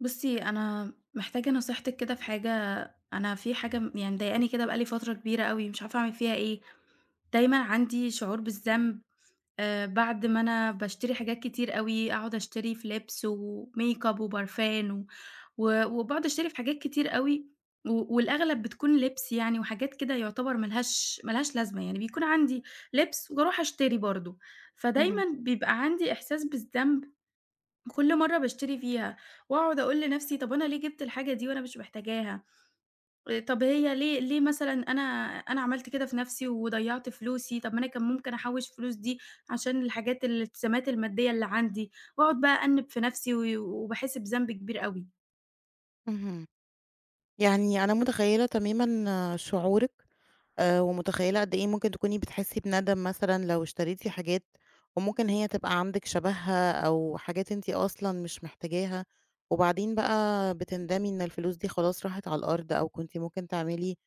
بُصّي، أنا محتاجة نصيحتِك كده في حاجة، أنا في حاجة يعني مضايقاني كده بقى لي فترة كبيرة أوي، مش عارفة أعمل فيها إيه. دايمًا عندي شعور بالذنب بعد ما أنا باشتري حاجات كتير أوي، أقعد أشتري في لِبس وميك-up وبرفان و و وباقعد أشتري في حاجات كتير أوي، والأغلب بتكون لِبس يعني وحاجات كده يُعتبر ما لهاش لازمة، يعني بيكون عندي لِبس وباروح أشتري برضه، فدايمًا اهم، بيبقى عندي إحساس بالذنب كل مرّة باشتري فيها، وأقعد أقول لنفْسي طَب أنا ليه جِبت الحاجة دي وأنا مش محتاجاها، طَب هي ليه مثلًا أنا أنا عملت كده في نفْسي وضيّعت فلوسي، طَب ما أنا كان ممكن أحوّش الفلوس دي عشان الحاجات الالتزامات المادية اللي عندي، وأقعد بقى أأنِّب في نفْسي وباحس بذنب كبير أوي. اهم. يعني أنا متخيّلة تمامًا شعورِك، ومتخيّلة قد إيه ممكن تكوني بتحسّي بندم مثلًا لو اشتريتِ حاجات وممكن هي تبقى عندِك شبهها أو حاجات أنتِ أصلًا مش محتاجاها، وبعدين بقى بتندمي إن الفلوس دي خلاص راحت على الأرض أو كنتِ ممكن تعملي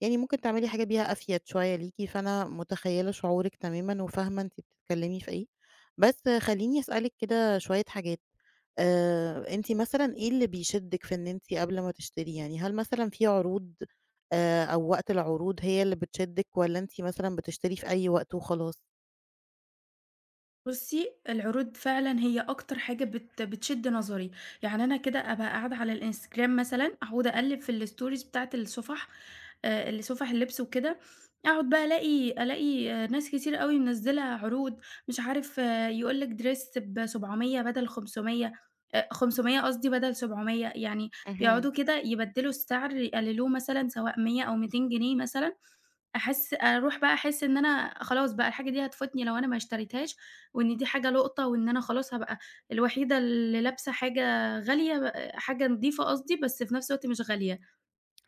يعني ممكن تعملي حاجة بيها أفيد شوية ليكِ، فأنا متخيّلة شعورِك تمامًا وفاهمة أنتِ بتتكلّمي في إيه. بس خلّيني أسألِك كده شوية حاجات. أنتِ مثلًا إيه اللي بيشدِّك في إن أنتِ قبل ما تشتري يعني، هل مثلًا في عروض، أو وقت العروض هي اللي بتشدِّك والّا أنتِ مثلًا بتشتري في أي وقت وخلاص؟ بُصّي، العروض فعلًا هي أكتر حاجة بتشد نظري، يعني أنا كده أبقى قاعدة على الإنستجرام مثلًا، أقعد أقلِّب في الstories بتاعة الصُفح صُفح اللبس وكده، أقعد بقى ألاقي ناس كتير أوي منزّلة عروض، مش عارف يقول لِك dress ب700 بدل 500 500 قصدي بدل 700 يعني اهم. بيقعدوا كده يبدّلوا السعر يقللوه مثلًا سواء 100 أو 200 جنيه مثلًا، أحس أروح بقى أحس إن أنا خلاص بقى الحاجة دي هتفوتني لو أنا ما اشتريتهاش، وإن دي حاجة لقطة، وإن أنا خلاص هابقى الوحيدة اللي لابسة حاجة غالية حاجة نضيفة قصدي، بس في نفس الوقت مش غالية.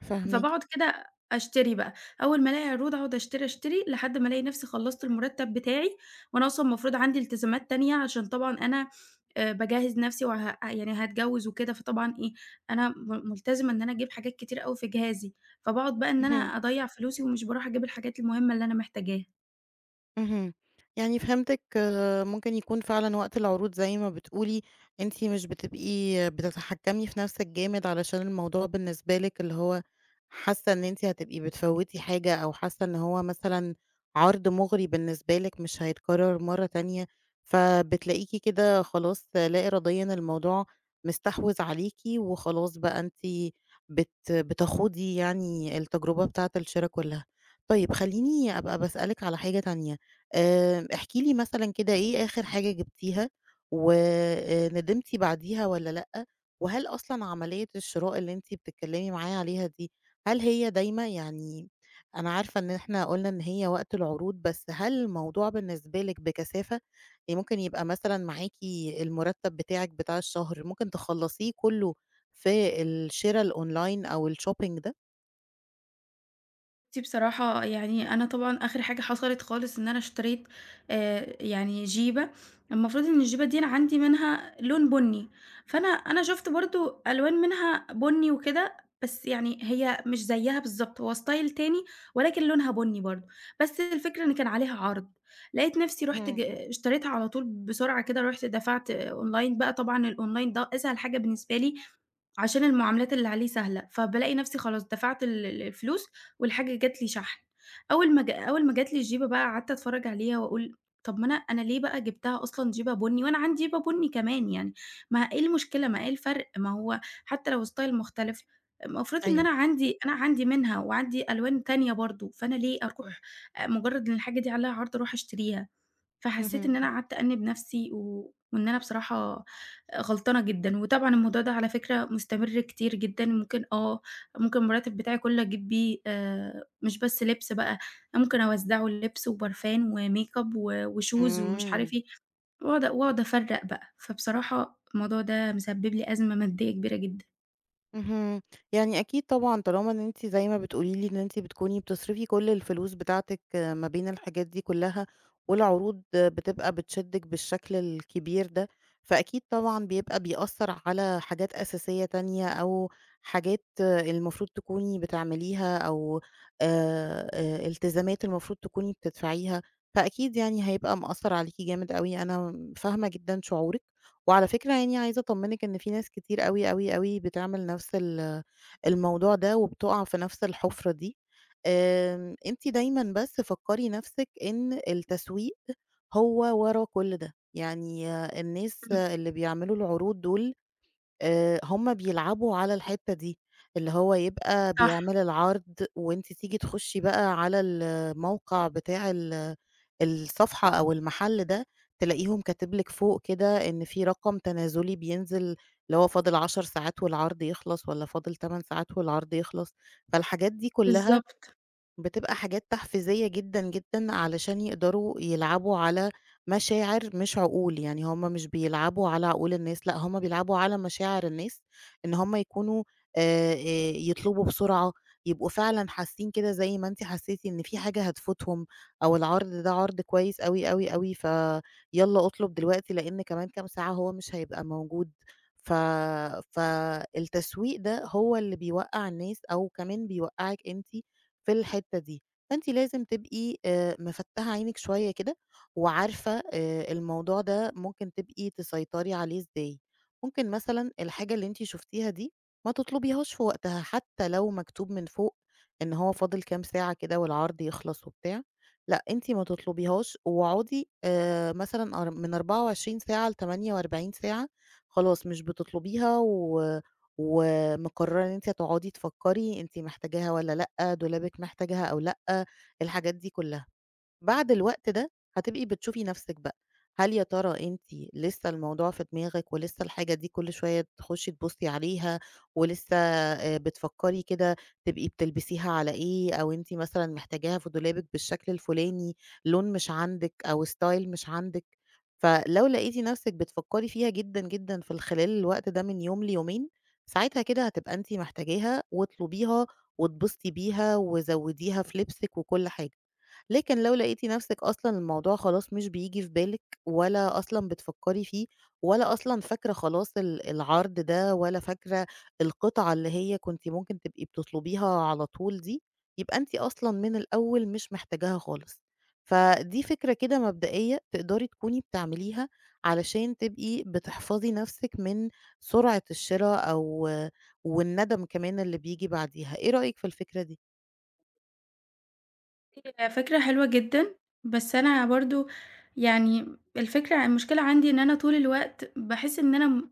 فاهماكِ. فباقعد كده أشتري بقى، أول ما ألاقي عروض أقعد أشتري، أشتري، لحد ما ألاقي نفسي خلّصت المرتب بتاعي، وأنا أصلًا المفروض عندي التزامات تانية عشان طبعًا أنا باجهّز نفسي يعني هاتجوّز وكده، فطبعًا إيه، أنا ملتزمة إن أنا أجيب حاجات كتير أوي في جهازي، فباقعد بقى إن أنا اهم. أضيّع فلوسي ومش باروح أجيب الحاجات المهمة اللي أنا محتاجاها. اهم. يعني فهمتِك آه، ممكن يكون فعلًا وقت العروض زي ما بتقولي، أنتِ مش بتبقي بتتحكمي في نَفْسِك جامد علشان الموضوع بالنسبة لِك اللي هو حاسة إن أنتِ هتبقي بتفوّتي حاجة أو حاسة إن هو مثلًا عرض مُغري بالنسبة لِك مش هيتكرر مرّة تانية، فبتلاقيكِ كده خلاص لا إراديًا الموضوع مستحوذ عليكِ وخلاص بقى أنتِ بتخوضي يعني التجربة بتاعة الشِرا كُلّها. طيب خلّيني أبقى باسألِك على حاجة تانية. احكِ لي مثلًا كده إيه آخر حاجة جبتيها وندمتِ بعديها والّا لأ؟ وهل أصلًا عملية الشراء اللي أنتِ بتتكلمي معايا عليها دي، هل هي دايمة؟ يعني أنا عارفة إن إحنا قُلنا إن هي وقت العروض، بس هل الموضوع بالنسبة لِك بكثافة؟ يعني ممكن يبقى مثلًا معاكِ المرتب بتاعِك بتاع الشهر، ممكن تخلّصيه كله في الشرا الأونلاين أو الshopping ده؟ بُصّي بصراحة يعني أنا طبعًا آخر حاجة حصلت خالص إن أنا اشتريت يعني جيبة، المفروض إن الجيبة دي أنا عندي منها لون بُني، فأنا شُفت برضه ألوان منها بُني وكده، بس يعني هي مش زيّها بالضبط، هو style تاني ولكن لونها بُني برضه، بس الفكرة إن كان عليها عرض، لقيت نفسي رُحت اهم، اشتريتها على طول بسرعة كده، رُحت دفعت online بقى طبعًا الonline ده أسهل حاجة بالنسبة لي، عشان المعاملات اللي عليه سهلة، فبالاقي نفسي خلاص دفعت ال ال الفلوس والحاجة جات لي شحن. أول ما جات لي الجيبة بقى قعدت أتفرّج عليها وأقول طب ما أنا ليه بقى جبتها أصلًا جيبة بُني وأنا عندي جيبة بُني كمان يعني، ما إيه المشكلة، ما إيه الفرق، ما هو حتى لو style مختلف المفروض إن أيوه، أنا عندي منها وعندي ألوان تانية برضه، فأنا ليه أروح مجرد إن الحاجة دي عليها عرض أروح أشتريها، فحسيت إن أنا اهم، قعدت أأنِّب نفسي وإن أنا بصراحة غلطانة جدًا، وطبعًا الموضوع ده على فكرة مستمر كتير جدًا، ممكن ممكن المرتب بتاعي كله أجيب بيه مش بس لبس بقى، أنا ممكن أوزّعه لبس وبرفان وميك أب وشوز ومش عارف إمم. إيه، واقعد أفرّق بقى، فبصراحة الموضوع ده مسبب لي أزمة مادية كبيرة جدًا. اهم. يعني أكيد طبعًا طالما إن أنتِ زي ما بتقولي لي إن أنتِ بتكوني بتصرفي كل الفلوس بتاعتِك آه، ما بين الحاجات دي كلّها، والعروض آه، بتبقى بتشدِّك بالشكل الكبير ده، فأكيد طبعًا بيبقى بيأثّر على حاجات أساسية تانية أو حاجات آه، المفروض تكوني بتعمليها أو التزامات المفروض تكوني بتدفعيها، فأكيد يعني هيبقى مأثّر عليكِ جامد أوي، أنا فاهمة جدًا شعورِك. وعلى فكرة يعني عايزة أطمنِك إن في ناس كتير أوي، أوي، أوي بتعمل نفس الموضوع ده وبتُقع في نفس الحُفرة دي. أنتِ دايمًا بس فكّري نفسِك إن التسويق هو ورا كل ده، يعني آه، الناس إمم، اللي بيعملوا العروض دول هم بيلعبوا على الحتّة دي، اللي هو يبقى صح، بيعمل العرض وأنتِ تيجي تخشي بقى على الموقع بتاع الصفحة أو المحل ده، تلاقيهم كاتب لِك فوق كده إن في رقم تنازلي بينزل، اللي هو فاضل 10 ساعات والعرض يخلص والّا فاضل 8 ساعات والعرض يخلص، فالحاجات دي كلّها بالضبط، بتبقى حاجات تحفيزية جدًا، جدًا علشان يقدروا يلعبوا على مشاعر مش عقول، يعني هم مش بيلعبوا على عقول الناس، لأ هم بيلعبوا على مشاعر الناس، إن هم يكونوا آآ، آآ يطلبوا بسرعة، يبقوا فعلًا حاسين كده زي ما أنتِ حسيتِ إن في حاجة هتفوتهم، أو العرض ده عرض كويس أوي، أوي، أوي، فيالّا اطلب دلوقتي لإن كمان كام ساعة هو مش هيبقى موجود. ف فالتسويق ده هو اللي بيوقّع الناس أو كمان بيوقّعِك أنتِ في الحتّة دي، فأنتِ لازم تبقي مفتّحة عينِك شوية كده، وعارفة الموضوع ده ممكن تبقي تسيطري عليه إزاي، ممكن مثلًا الحاجة اللي أنتِ شُفتيها دي ما تطلبيهاش في وقتها، حتى لو مكتوب من فوق إن هو فاضل كام ساعة كده والعرض يخلص وبتاع، لأ أنتِ ما تطلبيهاش واقعدي مثلًا أر من 24 ساعة ل48 ساعة خلاص مش بتطلبيها و مقررة إن أنتِ هتقعدي تفكّري أنتِ محتاجاها والّا لأ، دولابِك محتاجها أو لأ، الحاجات دي كلّها. بعد الوقت ده هتبقي بتشوفي نَفْسِك بقى، هل يا ترى أنتِ لسه الموضوع في دماغِك ولسه الحاجة دي كل شوية تخشّي تبُصّي عليها ولسه بتفكّري كده تبقي بتلبسيها على إيه، أو أنتِ مثلًا محتاجاها في دولابِك بالشكل الفلاني، لون مش عندِك أو style مش عندِك؟ فلو لقيتِ نفسِك بتفكّري فيها جدًا، جدًا في خلال الوقت ده من يوم ليومين، ساعتها كده هتبقى أنتِ محتاجاها واطلبيها واتبسطي بيها وزوّديها في لبسِك وكل حاجة. لكن لو لقيتِ نفسِك أصلًا الموضوع خلاص مش بييجي في بالِك ولا أصلًا بتفكّري فيه ولا أصلًا فاكرة خلاص العرض ده ولا فاكرة القطعة اللي هي كنتِ ممكن تبقي بتطلبيها على طول دي، يبقى أنتِ أصلًا من الأول مش محتاجاها خالص. فدي فكرة كده مبدئية تقدري تكوني بتعمليها علشان تبقي بتحفظي نفسِك من سرعة الشِرا والندم كمان اللي بييجي بعديها، إيه رأيِك في الفكرة دي؟ هي فكرة حلوة جدًا، بس أنا برضه يعني الفكرة المشكلة عندي إن أنا طول الوقت باحس إن أنا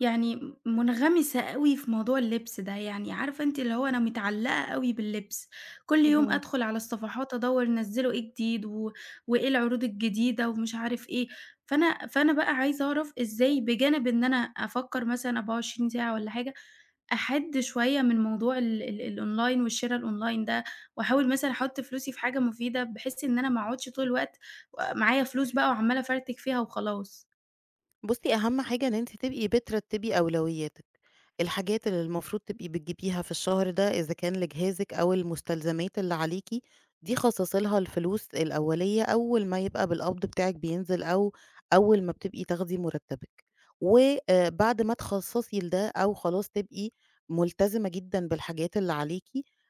يعني منغمسة أوي في موضوع اللبس ده، يعني عارفة أنتِ اللي هو أنا متعلقة أوي باللبس، كل يوم اهم. أدخل على الصفحات أدوّر نزّلوا إيه جديد وإيه العروض الجديدة ومش عارف إيه، فأنا بقى عايزة أعرف إزاي بجانب إن أنا أفكّر مثلًا 24 ساعة والّا حاجة، أحِد شوية من موضوع ال ال الأونلاين والشِرا الأونلاين ده، وأحاول مثلًا أحُط فلوسي في حاجة مفيدة بحيث إن أنا ما أقعدش طول الوقت معايا فلوس بقى وعمّالة أفرتك فيها وخلاص. بُصّي، أهم حاجة إن أنتِ تبقي بترتّبي أولوياتِك، الحاجات اللي المفروض تبقي بتجيبيها في الشهر ده إذا كان لجهازِك أو المستلزمات اللي عليكِ، دي خصّصي لها الفلوس الأولية أول ما يبقى بالقبض بتاعِك بينزل أو أول ما بتبقي تاخدي مرتّبِك، و بعد ما تخصّصي لده أو خلاص تبقي ملتزمة جدًا بالحاجات اللي عليكِ،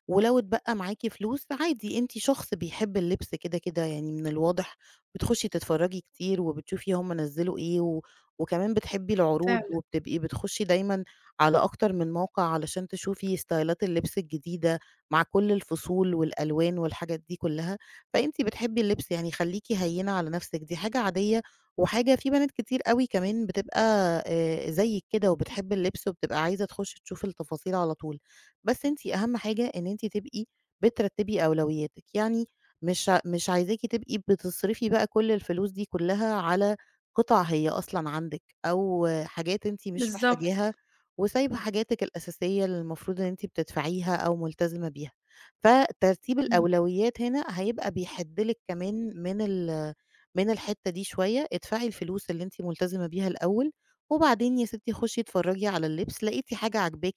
ولو اتبقى معاكِ فلوس عادي أنتِ شخص بيحب اللبس كده، كده يعني من الواضح بتخشي تتفرّجي كتير وبتشوفي هُم نزّلوا إيه وكمان بتحبّي العروض فعلًا، وبتبقي بتخشّي دايمًا على أكتر من موقع علشان تشوفي إستايلات اللبس الجديدة مع كل الفصول والألوان والحاجات دي كلّها، فأنتِ بتحبّي اللبس يعني خلّيكِ هيّنة على نَفْسِك دي حاجة عادية، وحاجة في بنات كتير أوي كمان بتبقى زيِّك كده وبتحب اللبس وبتبقى عايزة تخُش تشوف التفاصيل على طول، بس أنتِ أهَم حاجة إن أنتِ تبقي بترتّبي أولوياتِك، يعني مش عايزاكِ تبقي بتصرفي بقى كل الفلوس دي كلّها على قطع هي أصلًا عندِك، أو حاجات أنتِ مش بالضبط. محتاجاها، وسايبة حاجاتِك الأساسية اللي المفروض إن أنتِ بتدفعيها أو ملتزمة بيها. فترتيب إمم. الأولويات هنا هيبقى بيحِد لِك كمان من الحتّة دي شوية، ادفعي الفلوس اللي أنتِ ملتزمة بيها الأول، وبعدين يا ستّي خُشّي اتفرّجي على اللبس، لقيتِ حاجة عاجباكِ،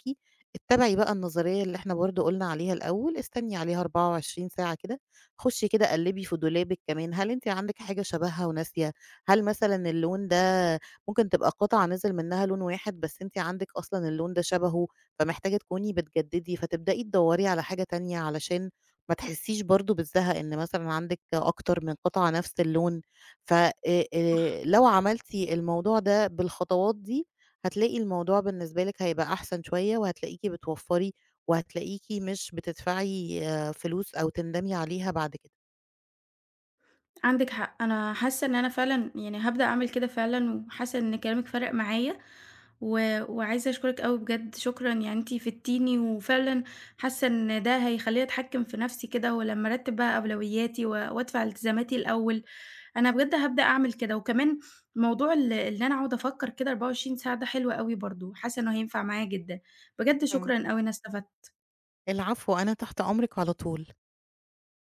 اتّبعي بقى النظرية اللي إحنا برضه قُلنا عليها الأول، استني عليها 24 ساعة كده، خُشّي كده قلّبي في دولابِك كمان، هل أنتِ عندِك حاجة شبهها وناسية؟ هل مثلًا اللون ده ممكن تبقى قطعة نزل منها لون واحد، بس أنتِ عندِك أصلًا اللون ده شبهه، فمحتاجة تكوني بتجددي، فتبدئي تدوري على حاجة تانية علشان ما تحسيش برضه بالزهق إن مثلًا عندِك أكتر من قطعة نفس اللون. ف لو عملتِ الموضوع ده بالخطوات دي، هتلاقي الموضوع بالنسبة لِك هيبقى أحسن شوية، وهتلاقيكِ بتوفّري، وهتلاقيكِ مش بتدفعي آه، فلوس أو تندمي عليها بعد كده. عندِك حق، أنا حاسة إن أنا فعلًا يعني هابدأ أعمل كده فعلًا، وحاسة إن كلامِك فرَق معايا، وعايزة أشكرِك أوي بجد، شكرًا يعني أنتِ فدتيني، وفعلًا حاسة إن ده هيخلّيني أتحكم في نفسي كده، ولمّا أرتّب بقى أولوياتي وأدفع التزاماتي الأول، أنا بجد هابدأ أعمل كده، وكمان موضوع اللي أنا أقعد أفكّر كده 24 ساعة ده حلو أوي برضه، حاسة إنه هينفع معايا جدًا، بجد إمم. شكرًا أوي، أنا استفدت. العفو، أنا تحت أمرِك على طول.